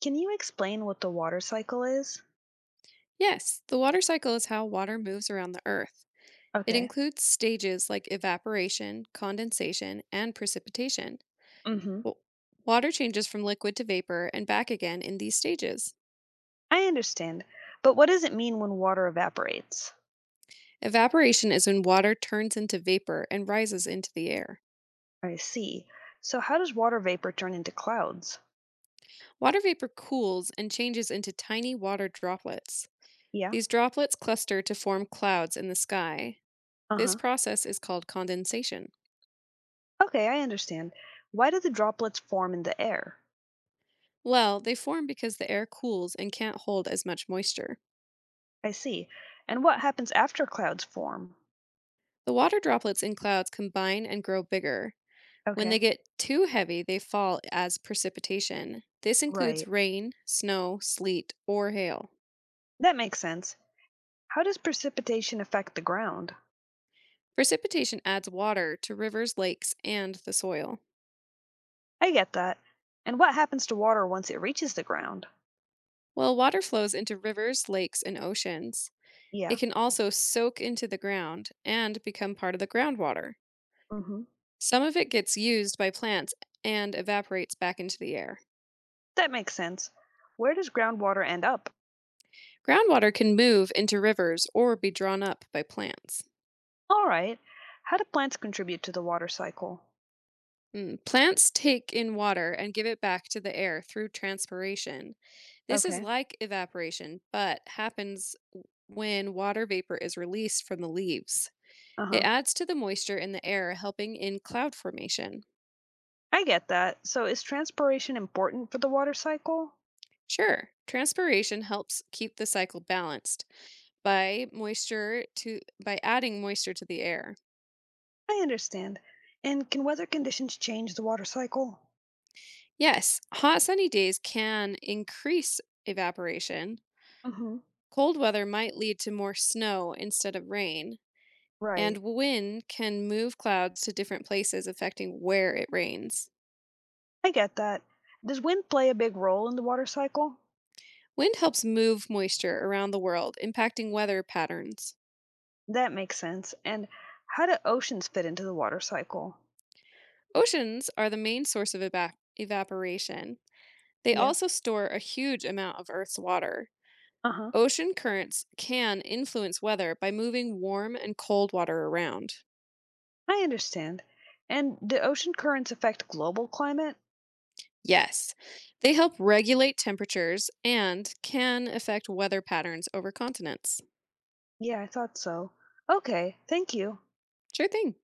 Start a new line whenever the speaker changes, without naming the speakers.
Can you explain what the water cycle is?
Yes, the water cycle is how water moves around the Earth. It
Okay.
includes stages like evaporation, condensation, and precipitation.
Mhm.
W- Water changes from liquid to vapor and back again in these stages.
I understand. But what does it mean when water evaporates?
Evaporation is when water turns into vapor and rises into the air.
I see. So how does water vapor turn into clouds?
Water vapor cools and changes into tiny water droplets.
Yeah.
These droplets cluster to form clouds in the sky. This
Uh-huh.
process is called condensation.
Okay, I understand. Why do the droplets form in the air?
Well, they form because the air cools and can't hold as much moisture.
I see. And what happens after clouds form?
The water droplets in clouds combine and grow bigger. When they
Okay.
get too heavy, they fall as precipitation. This includes
Right.
rain, snow, sleet, or hail.
That makes sense. How does precipitation affect the ground?
Precipitation adds water to rivers, lakes, and the soil.
I get that. And what happens to water once it reaches the ground?
While water flows into rivers, lakes, and oceans, it
Yeah.
can also soak into the ground and become part of the groundwater.
Mhm.
Some of it gets used by plants and evaporates back into the air.
That makes sense. Where does groundwater end up?
Groundwater can move into rivers or be drawn up by plants.
All right. How do plants contribute to the water cycle?
Plants take in water and give it back to the air through transpiration. This is
Okay.
like evaporation, but happens when water vapor is released from the leaves.
Uh
It
huh.
adds to the moisture in the air, helping in cloud formation.
I get that. So is transpiration important for the water cycle?
Sure, transpiration helps keep the cycle balanced by adding moisture to the air.
I understand. And can weather conditions change the water cycle?
Yes, hot sunny days can increase evaporation.
Mm hmm.
Cold weather might lead to more snow instead of rain, and
Right.
wind can move clouds to different places, affecting where it rains.
I get that. Does wind play a big role in the water cycle?
Wind helps move moisture around the world, impacting weather patterns.
That makes sense. And how do oceans fit into the water cycle?
Oceans are the main source of evaporation. They
Yeah.
also store a huge amount of Earth's water.
Uh huh.
Ocean currents can influence weather by moving warm and cold water around.
I understand. And do ocean currents affect global climate?
Yes, they help regulate temperatures and can affect weather patterns over continents.
Yeah, I thought so. Okay, thank you.
Sure thing.